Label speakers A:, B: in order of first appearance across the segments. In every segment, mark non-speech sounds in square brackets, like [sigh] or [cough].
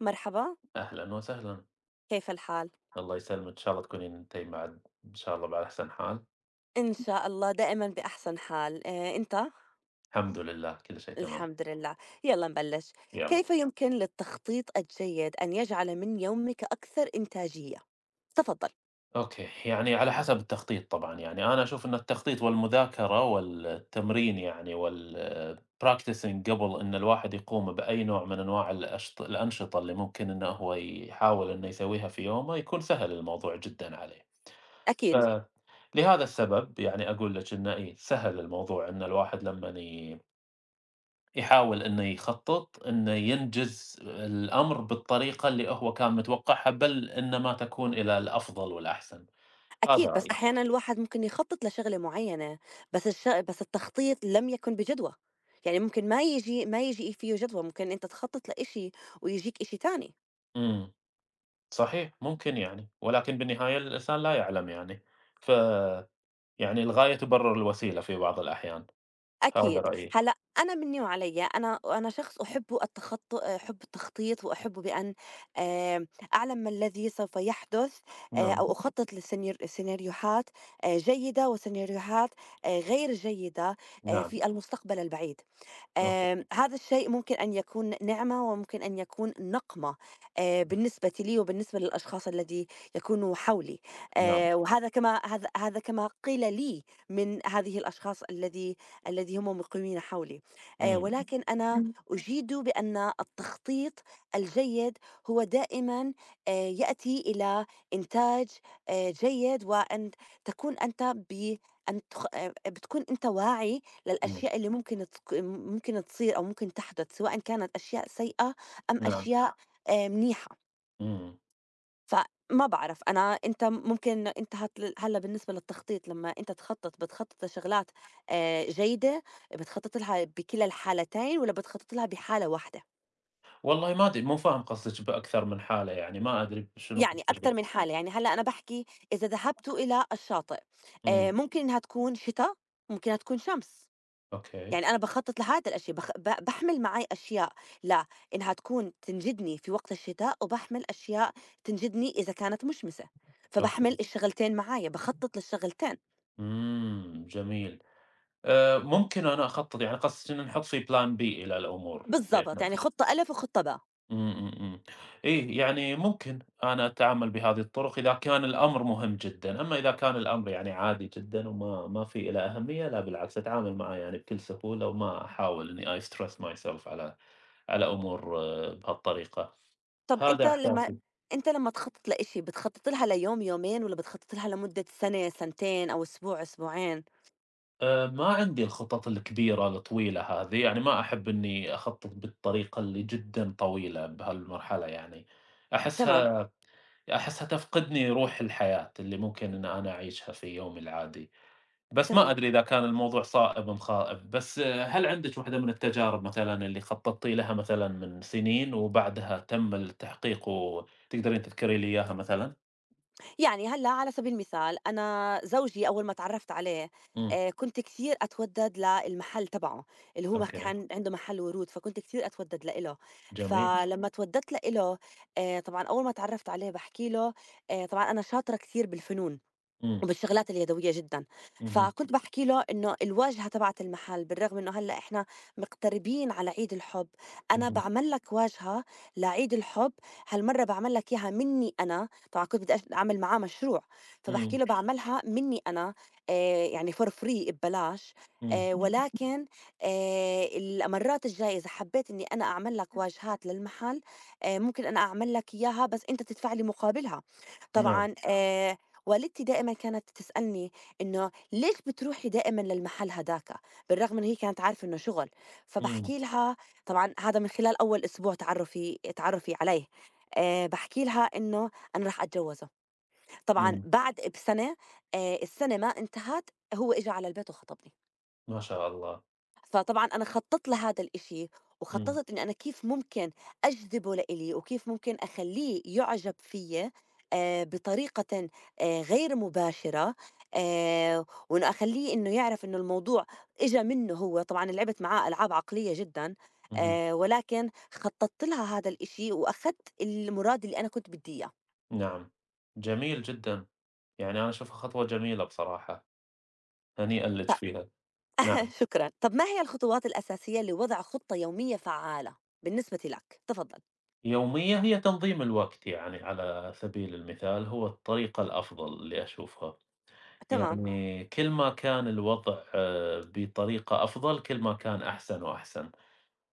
A: مرحبا.
B: أهلًا وسهلًا،
A: كيف الحال؟
B: الله يسلمِك، إن شاء الله تكونين أنتِ مع إن شاء الله على أحسن حال،
A: إن شاء الله دائما بأحسن حال، أنت؟
B: الحمد لله كل شيء تمام،
A: الحمد لله. يلا نبلش.
B: يالّا.
A: كيف يمكن للتخطيط الجيد أن يجعل من يومك أكثر إنتاجية؟ تفضل.
B: أوكي، على حسب التخطيط طبعًا، أنا أشوف إن التخطيط والمذاكرة والتمرين والpracticing قبل إن الواحد يقوم بأي نوع من أنواع الأنشطة اللي ممكن إنه هو يحاول إنه يسويها في يومه، يكون سهل الموضوع جدًا عليه، ف
A: أكيد.
B: لهذا السبب أقول لِك إنه إيه، سهل الموضوع إن الواحد لمّن ي يحاول إنه يخطّط، إنه ينجز الأمر بالطريقة اللي هو كان متوقعها، بل إنما تكون إلى الأفضل والأحسن، هذا
A: أكيد، بس
B: رأيي.
A: أحيانا الواحد ممكن يخطط لشغلة معينة، بس التخطيط لم يكن بجدوى، يعني ممكن ما يجي فيه جدوى، ممكن أنت تخطط لإشي ويجيك إشي تاني.
B: إمم، صحيح ممكن ولكن بالنهاية الإنسان لا يعلم يعني، فيعني الغاية تبرر الوسيلة في بعض الأحيان، هذا
A: أكيد،
B: رأيي.
A: هلأ أنا منّي وعليّا، أنا شخص أحب أحب التخطيط وأحب بأن آآ أعلم ما الذي سوف يحدث،
B: نعم،
A: أو أخطط سيناريوهات جيدة وسيناريوهات غير جيدة
B: نعم،
A: في المستقبل البعيد.
B: أوكي،
A: هذا الشيء ممكن أن يكون نعمة وممكن أن يكون نقمة، بالنسبة لي وبالنسبة للأشخاص الذي يكونوا حولي،
B: نعم،
A: وهذا كما هذا كما قيل لي من هذه الأشخاص الذي هم مقيمين حولي،
B: إمم.
A: ولكن أنا أُجيد بأن التخطيط الجيد هو دائمًا، يأتي إلى إنتاج جيد، وأن تكون أنت ب أن تخ آه، بتكون أنت واعي
B: إمم،
A: للأشياء اللي ممكن ممكن تصير أو ممكن تحدث، سواء كانت أشياء سيئة أم
B: نعم،
A: أشياء منيحة.
B: إمم.
A: فما بعرف أنا أنت، ممكن أنت هلا بالنسبة للتخطيط، لما أنت تخطط بتخطط لشغلات جيدة، بتخطط لها بكلا الحالتين ولا بتخطط لها بحالة واحدة؟
B: والله ما أدري، مو فاهم قصدِك بأكثر من حالة، ما أدري شنو
A: يعني
B: قصدِك.
A: أكثر من حالة، يعني هلا أنا بحكي إذا ذهبت إلى الشاطئ،
B: إمم،
A: ممكن إنها تكون شتاء، ممكن إنها تكون شمس،
B: أوكي،
A: يعني أنا باخطّط لهذا الأشي، بخ ب باحمِل معي أشياء لإنها تكون تنجدني في وقت الشتاء، وباحمِل أشياء تنجدني إذا كانت مشمسة،
B: أوكي.
A: فباحمِل الشغلتين معايا، باخطّط للشغلتين.
B: إمم، جميل. ممكن أنا أخطّط، يعني قصدِك إن نحُط في plan B إلى الأمور اللي
A: بالضبط،
B: إحنا
A: يعني
B: فيه.
A: خطّة ألِف وخطّة باء.
B: إمم، إمم، إمم. إيه، يعني ممكن أنا أتعامل بهذه الطرق إذا كان الأمر مهم جدًا، أما إذا كان الأمر عادي جدًا وما ما فيه له أهمية، لا بالعكس أتعامل معاه بكل سهولة وما أحاول إني I stress myself على على أمور بهالطريقة.
A: طَب
B: هذا
A: أنت لمّا
B: أحساسي.
A: تخطّط لإشي، بتخطّط لها ليوم، يومين، والّا بتخطّط لها لمدة سَنة، سَنتين، أو أسبوع، أسبوعين؟
B: ما عندي الخطط الكبيرة الطويلة هذه، يعني ما أحب إني أخطط بالطريقة اللي جدًا طويلة بهالمرحلة.
A: تمام.
B: أحسها أحسها تفقدني روح الحياة اللي ممكن إن أنا أعيشها في يومي العادي، بس ما
A: تمام،
B: أدري إذا كان الموضوع صائب أم خائب، بس أه، هل عندِك واحدة من التجارب مثلًا اللي خططتِ لها مثلًا من سنين وبعدها تم التحقيق وتقدرين تذكري لي إياها مثلًا؟
A: يعني هلأ على سبيل المثال، أنا زوجي أول ما تعرّفت عليه،
B: إمم،
A: كنت كتير أتودّد للمحل تبعه، اللي هو م
B: أوكي،
A: كان عنده محل ورود، فكنت كتير أتودّد لإله.
B: جميل،
A: فلمّا اتودّدت لإله، طبعًا أول ما تعرّفت عليه باحكي له، طبعًا أنا شاطرة كتير بالفنون
B: إمم،
A: وبالشغلات اليدوية جدًا.
B: اهم،
A: فكنت باحكي له إنه الواجهة تبعة المحل، بالرغم إنه هلأ إحنا مقتربين على عيد الحب، أنا
B: اهم،
A: باعمل لك واجهة لعيد الحب، هالمرة باعمل لك إياها منّي أنا. طبعًا كنت بدي أعمل معاه مشروع، فباحكي
B: إمم،
A: له باعملها منّي أنا، يعني for free، ببلاش،
B: إمم،
A: ولكن المرات الجاية إذا حبيت إني أنا أعمل لك واجهات للمحل، ممكن أنا أعمل لك إياها بس أنت تدفع لي مقابلها.
B: نعم،
A: طبعًا والدتي دائمًا كانت تسألني إنه "ليش بتروحي دائمًا للمحل هداك؟" بالرغم إن هي كانت عارفة إنه شغل،
B: إمم.
A: فباحكي لها. طبعًا هذا من خلال أول أسبوع تعرُّفي عليه، باحكي لها إنه أنا راح أتجوّزه. طبعًا
B: إمم،
A: بعد بسنة، السنة ما انتهت، هو إجا على البيت وخطبني.
B: ما شاء الله،
A: فطبعًا أنا خطّطت لهذا الإشي،
B: إمم،
A: وخطّطت إني أنا كيف ممكن أجذبه لإلي، وكيف ممكن أخلّيه يُعجب فيّ بطريقةً غير مباشرة، وإنه أخلّيه إنه يعرف إنه الموضوع إجا منّه هو. طبعًا لعبت معاه ألعاب عقلية جدًا،
B: اهم،
A: ولكن خطّطت لها هذا الإشي، وأخدت المُراد اللي أنا كنت بدّي إياه.
B: نعم، جميل جدًا، يعني أنا أشوفها خطوة جميلة بصراحة، هنيئًا لِك
A: ط
B: فيها، نعم،
A: [laughs] شكرًا. طب ما هي الخطوات الأساسية لوضع خطة يومية فعّالة بالنسبة لك؟ تفضّل.
B: يومية هي تنظيم الوقت يعني على سبيل المثال هو الطريقة الأفضل اللي أشوفها،
A: تمام.
B: يعني كل ما كان الوضع بطريقة أفضل كل ما كان أحسن وأحسن،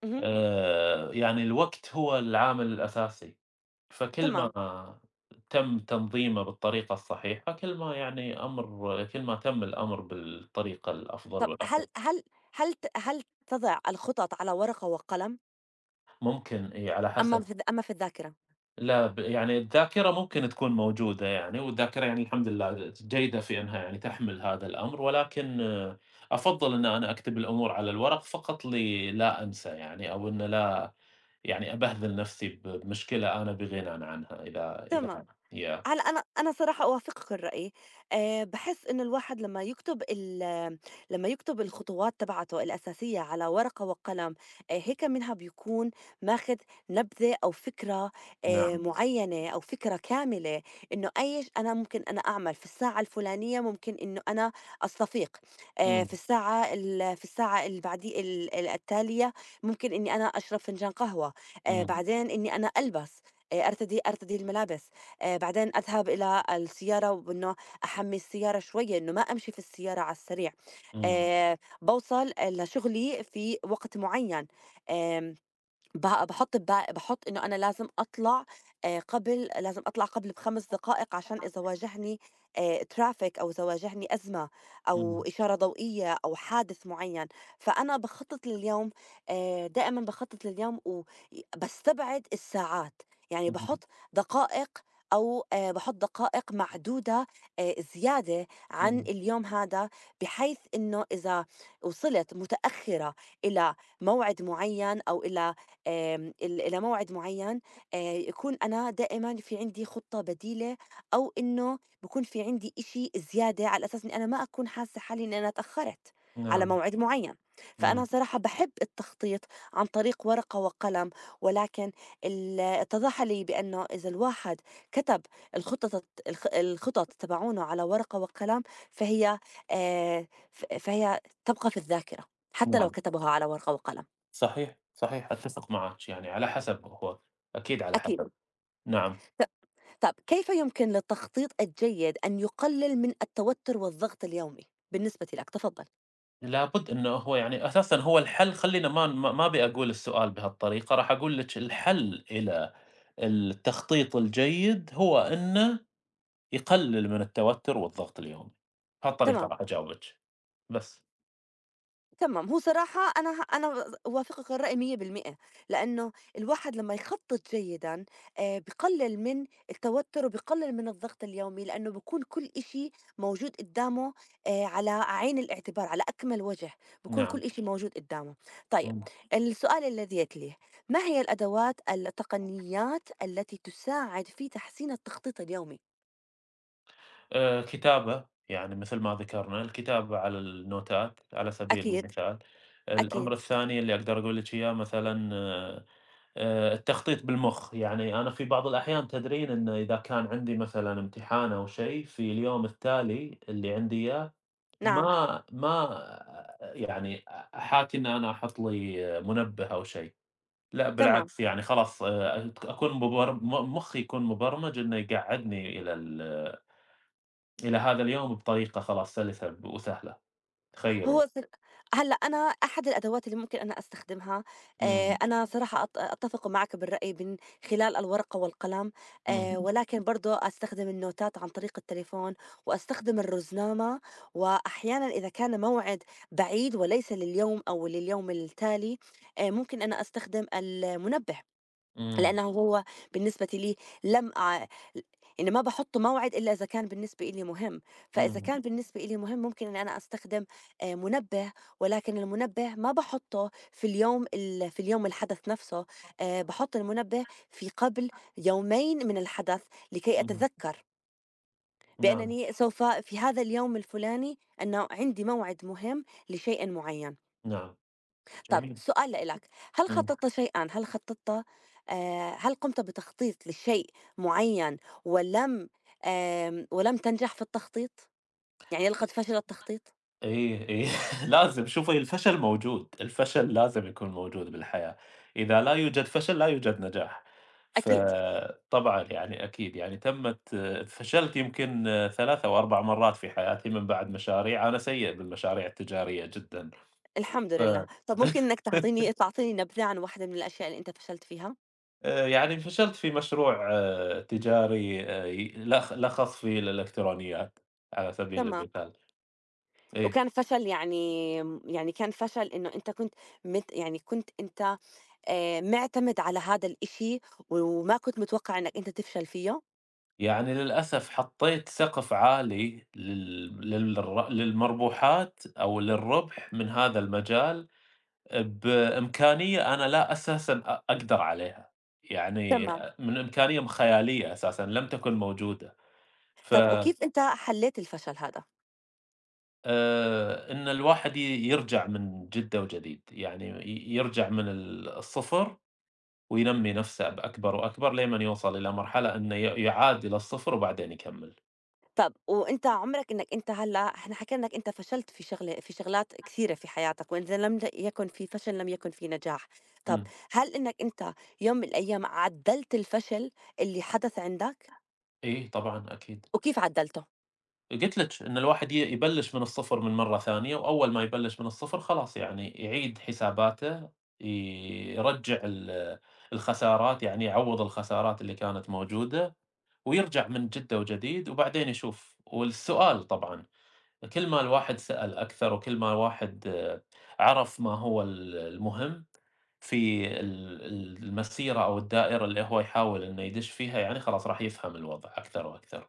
A: اهم.
B: يعني الوقت هو العامل الأساسي. فكل
A: تمام.
B: ما تم تنظيمه بالطريقة الصحيحة، كل ما تم الأمر بالطريقة الأفضل
A: طب
B: والأفضل.
A: هل تضع الخطط على ورقة وقلم،
B: ممكن إي على حسب
A: أما في الذاكرة؟
B: لا ب يعني الذاكرة ممكن تكون موجودة، والذاكرة يعني الحمد لله جيدة في إنها يعني تحمل هذا الأمر، ولكن أفضّل إن أنا أكتب الأمور على الورق فقط لي لا أنسى، أو إن لا أبهذل نفسي بمشكلة أنا بغنى عنها إذا.
A: تمام.
B: yeah.
A: هلأ أنا صراحة أوافقِك الرأي، باحس إنه الواحد لمّا يكتب الخطوات تبعته الأساسية على ورقة وقلم، هيك منها بيكون ماخد نبذة أو فكرة
B: نعم.
A: معيّنة أو فكرة كاملة، إنه أي ش أنا ممكن أنا أعمل في الساعة الفلانية، ممكن إنه أنا أستفيق،
B: إمم،
A: في الساعة اللي بعدي ال ال التالية ممكن إني أنا أشرب فنجان قهوة،
B: إمم،
A: بعدين إني أنا ألبس، أرتدي الملابس. بعدين أذهب إلى السيارة، وإنه أحمّي السيارة شوية، إنه ما أمشي في السيارة على السريع.
B: إمم،
A: آآ باوصل لشغلي في وقت معيّن. آمم بقى باحُط إنه أنا لازم أطلع، قبل لازم أطلع قبل ب5 دقائق، عشان إذا واجهني traffic أو إذا واجهني أزمة أو
B: إمم،
A: إشارة ضوئية أو حادث معيّن. فأنا باخطط لليوم، دائمًا باخطط لليوم، و ي باستبعد الساعات، يعني
B: اهم.
A: باحُط دقائق، أو باحُط دقائق معدودة زيادة عن
B: إمم،
A: اليوم هذا، بحيث إنه إذا وصلت متأخرة إلى موعد معيّن، أو إلى آمم ال إلى موعد معيّن، يكون أنا دائمًا في عندي خطّة بديلة، أو إنه بيكون في عندي إشي زيادة، على أساس إني أنا ما أكون حاسّة حالي إني أنا اتأخّرت على
B: نعم،
A: موعد معيّن. فأنا
B: إمم،
A: صراحة باحب التخطيط عن طريق ورقة وقلم، ولكن اتضح لي بأنه إذا الواحد كتب الخطط تبعونه على ورقة وقلم، فهي ف فهي تبقى في الذاكرة حتى لو
B: نعم،
A: كتبها على ورقة وقلم.
B: صحيح، صحيح أتفق معك، يعني على حسب هو، أكيد على
A: أكيد.
B: حسب، نعم،
A: ت طب كيف يمكن للتخطيط الجيد أن يقلل من التوتر والضغط اليومي بالنسبة لك؟ تفضل.
B: لابد إنه هو أساسًا هو الحل، خلّينا ما ما ما أبي أقول السؤال بهالطريقة، راح أقول لِك الحل إلى التخطيط الجيد هو إنه يقلل من التوتر والضغط اليومي، بهالطريقة
A: تمام.
B: راح أجاوبِك، بس،
A: تمام، هو صراحة أنا أوافقِك الرأي 100%، لإنه الواحد لمّا يخطط جيدًا بيقلل من التوتر وبيقلل من الضغط اليومي، لإنه بيكون كل إشي موجود قدّامه، على عين الاعتبار، على أكمل وجه، بيكون
B: نعم،
A: كل إشي موجود قدّامه. طيب،
B: إمم.
A: السؤال الذي يتليه: ما هي الأدوات التقنيات التي تساعد في تحسين التخطيط اليومي؟
B: كتابة، يعني مثل ما ذكرنا، الكتابة على النوتات على سبيل
A: أكيد.
B: المثال. الأمر
A: أكيد.
B: الثاني اللي أقدر أقول لِك إياه مثلًا التخطيط بالمُخ، يعني أنا في بعض الأحيان تدرين إن إذا كان عندي مثلًا امتحان أو شيء في اليوم التالي اللي عندي إياه،
A: نعم.
B: ما ما يعني أحاتي إن أنا أحط لي منبه أو شيء، لأ
A: تمام.
B: بالعكس خلاص أكون مبر م مُخي يكون مبرمج إنه يقعّدني إلى هذا اليوم بطريقة خلاص سلسة وسهلة، تخيّلي.
A: هو صر هلأ أنا أحد الأدوات اللي ممكن أنا أستخدمها،
B: إمم،
A: أنا صراحة أتفق معك بالرأي من خلال الورقة والقلم،
B: إمم،
A: ولكن برضه أستخدم النوتات عن طريق التليفون، وأستخدم الرُزنامة. وأحيانًا إذا كان موعد بعيد وليس لليوم أو لليوم التالي، ممكن أنا أستخدم المنبه.
B: إمم،
A: لأنه هو بالنسبة لي لم أع... إني ما بحط موعد إلا إذا كان بالنسبة إلي مهم، فإذا
B: إمم،
A: كان بالنسبة إلي مهم ممكن إن أنا أستخدم منبه، ولكن المنبه ما بحطه في في اليوم الحدث نفسه، بحط المنبه في قبل يومين من الحدث، لكي
B: إمم،
A: أتذكر
B: نعم،
A: بأنني سوف في هذا اليوم الفلاني أنه عندي موعد مهم لشيء معين.
B: نعم،
A: طب
B: جميل،
A: سؤال لإلك،
B: إمم،
A: هل خططت هل قمت بتخطيط لشيء معيّن ولم آمم ولم تنجح في التخطيط؟ يعني لقد فشل التخطيط؟
B: إيه، إيه [laughs] لازم شوفي الفشل موجود، الفشل لازم يكون موجود بالحياة، إذا لا يوجد فشل لا يوجد نجاح،
A: أكيد.
B: فطبعًا أكيد فشلت يمكن 3 أو 4 مرات في حياتي من بعد مشاريع، أنا سيء بالمشاريع التجارية جدًا،
A: الحمد
B: ف
A: لله. طب ممكن إنك
B: [laughs]
A: تعطيني نبذة عن واحدة من الأشياء اللي أنت فشلت فيها؟
B: فشلت في مشروع تجاري ي لخ لخص في الإلكترونيات على سبيل
A: تمام.
B: المثال، إيه.
A: وكان فشل، يعني يعني كان فشل إنه أنت كنت مت يعني كنت أنت مِعتمد على هذا الإشي وما كنت متوقع إنك أنت تفشل فيه؟
B: يعني للأسف حطّيت سقف عالي لل للر للمربوحات أو للربح من هذا المجال بإمكانية أنا لا أساسًا أقدر عليها،
A: تمام.
B: من إمكانية خيالية أساسًا لم تكن موجودة، ف
A: طب وكيف أنت حلّيت الفشل هذا؟
B: إن الواحد يرجع من جدة وجديد، يعني ي يرجع من الصفر وينمّي نفسه بأكبر وأكبر لمن يوصل إلى مرحلة إنه يعاد إلى الصفر وبعدين يكمّل.
A: طَب وأنت عُمرك، إنّك أنت هلّأ إحنا حكينا إنّك أنت فشلت في شغلة في شغلات كثيرة في حياتك، وإذا لم د يكن في فشل لم يكن في نجاح، طَب
B: إمم.
A: هل إنّك أنت يوم من الأيام عدّلت الفشل اللي حدث عندك؟
B: إيه طبعًا أكيد.
A: وكيف عدّلته؟
B: قُلت لِك إن الواحد يبلّش من الصفر من مرّة ثانية، وأول ما يبلّش من الصفر خلاص يعني يعيد حساباته، ي يرجّع الخسارات، يعني يعوّض الخسارات اللي كانت موجودة، ويرجع من جدة وجديد وبعدين يشوف. والسؤال طبعًا. كل ما الواحد سأل أكثر، وكل ما الواحد عرف ما هو المهم في ال ال المسيرة أو الدائرة اللي هو يحاول إنه يدش فيها، يعني خلاص راح يفهم الوضع أكثر وأكثر.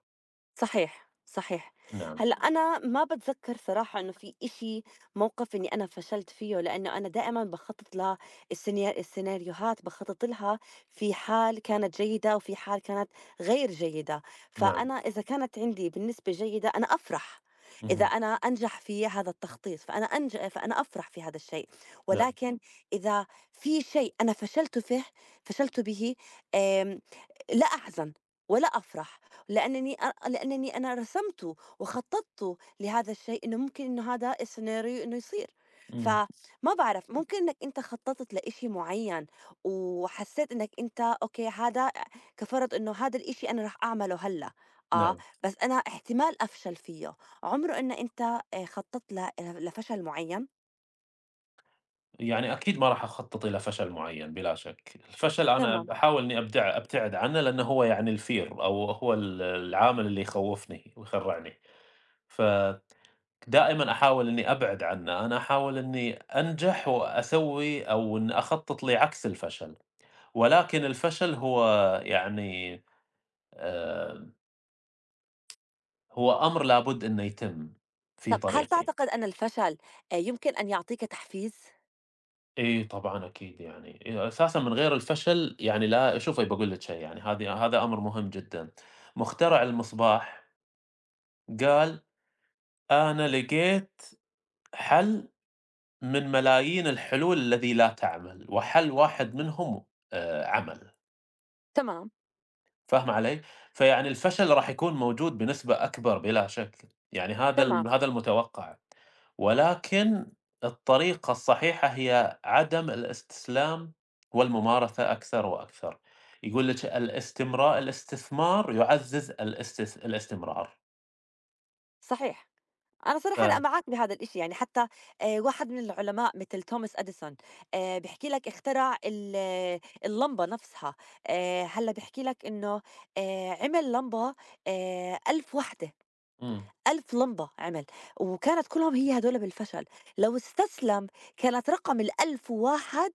A: صحيح، صحيح.
B: نعم،
A: هلأ أنا ما باتذكّر صراحة إنه في موقِف إنّي أنا فشلت فيه، لإنّه أنا دائمًا باخطّط السيناريوهات باخطّط لها في حال كانت جيدة وفي حال كانت غير جيدة.
B: نعم،
A: فأنا إذا كانت عندي بالنسبة جيدة أنا أفرح، إذا
B: اهم،
A: أنا أنجح في هذا التخطيط فأنا أفرح في هذا الشيء،
B: نعم،
A: ولكن إذا في شيء أنا فشلت فيه، فشلت به آمم، لا أحزن ولا أفرح، لأنني لأنني أنا رسمته وخططت لهذا الشيء، إنه ممكن إنه هذا السيناريو إنه يصير.
B: إمم،
A: فما باعرف، ممكن إنك أنت خطّطت لإشي معيّن وحسّيت إنك أنت أوكي، هذا كفرض إنه هذا الإشي أنا راح أعمله هلّأ، آه،
B: نعم.
A: بس أنا احتمال أفشل فيه، عمره إن أنت خطّطت لفشل معيّن؟
B: يعني أكيد ما راح أخطط إلى فشل معين بلا شك. الفشل أنا
A: تمام.
B: باحاول إني أبدع أبتعد عنه، لأنه هو يعني الفير أو هو ال العامل اللي يخوفني ويخرعني. ف دائمًا أحاول إني أبعد عنه، أنا أحاول إني أنجح وأسوي أو إن أخطط لعكس الفشل، ولكن الفشل هو يعني آآ، هو أمر لابد إنه يتم في
A: طب هل
B: طريقي.
A: تعتقد أن الفشل يمكن أن يعطيك تحفيز؟
B: إي طبعًا أكيد، أساسًا من غير الفشل يعني لا. شوفي باقول لِك شيء يعني هذا أمر مهم جدًا. مخترع المصباح قال: "أنا لقيت حل من ملايين الحلول الذي لا تعمل، وحل واحد منهم عمل."
A: تمام.
B: فاهمة علي؟ فيعني الفشل راح يكون موجود بنسبة أكبر بلا شك، يعني
A: تمام.
B: هذا المتوقع، ولكن الطريقة الصحيحة هي عدم الاستسلام والممارسة أكثر وأكثر، يقول لِك الاستثمار يعزز الاستمرار،
A: صحيح. أنا صراحة لأ
B: ف
A: معاك بهذا الإشي، يعني حتى واحد من العلماء مثل توماس أديسون بيحكي لك اخترع ال آه، اللمبة نفسها، هلّأ بيحكي لك إنه عمل لمبة 1000 وحدة،
B: إمم،
A: 1000 لمبة عمل، وكانت كلّهم هي هدول بالفشل، لو استسلم كانت رقم ال1001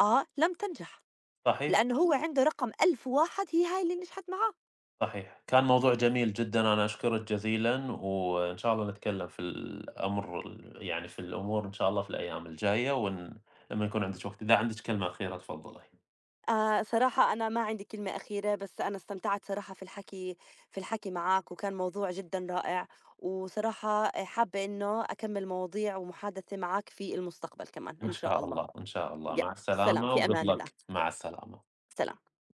A: لم تنجح،
B: صحيح.
A: لإنه هو عنده رقم 1001 هي هاي اللي نجحت معاه.
B: صحيح. كان موضوع جميل جدًا، أنا أشكرك جزيلًا، وإن شاء الله نتكلم في الأمر ال يعني في الأمور إن شاء الله في الأيام الجاية، لمّا يكون عندِك وقت، إذا عندِك كلمة أخيرة تفضّلي.
A: آه صراحة أنا ما عندي كلمة أخيرة، بس أنا استمتعت صراحة في الحكي معك، وكان موضوع جدا رائع، وصراحة حابة إنه أكمل مواضيع ومحادثة معك في المستقبل كمان
B: إن
A: إن شاء
B: شاء
A: الله.
B: الله، إن شاء الله.
A: يا
B: مع
A: سلام،
B: السلامة
A: في
B: وgood
A: أمان الله.
B: luck. مع السلامة.
A: سلام.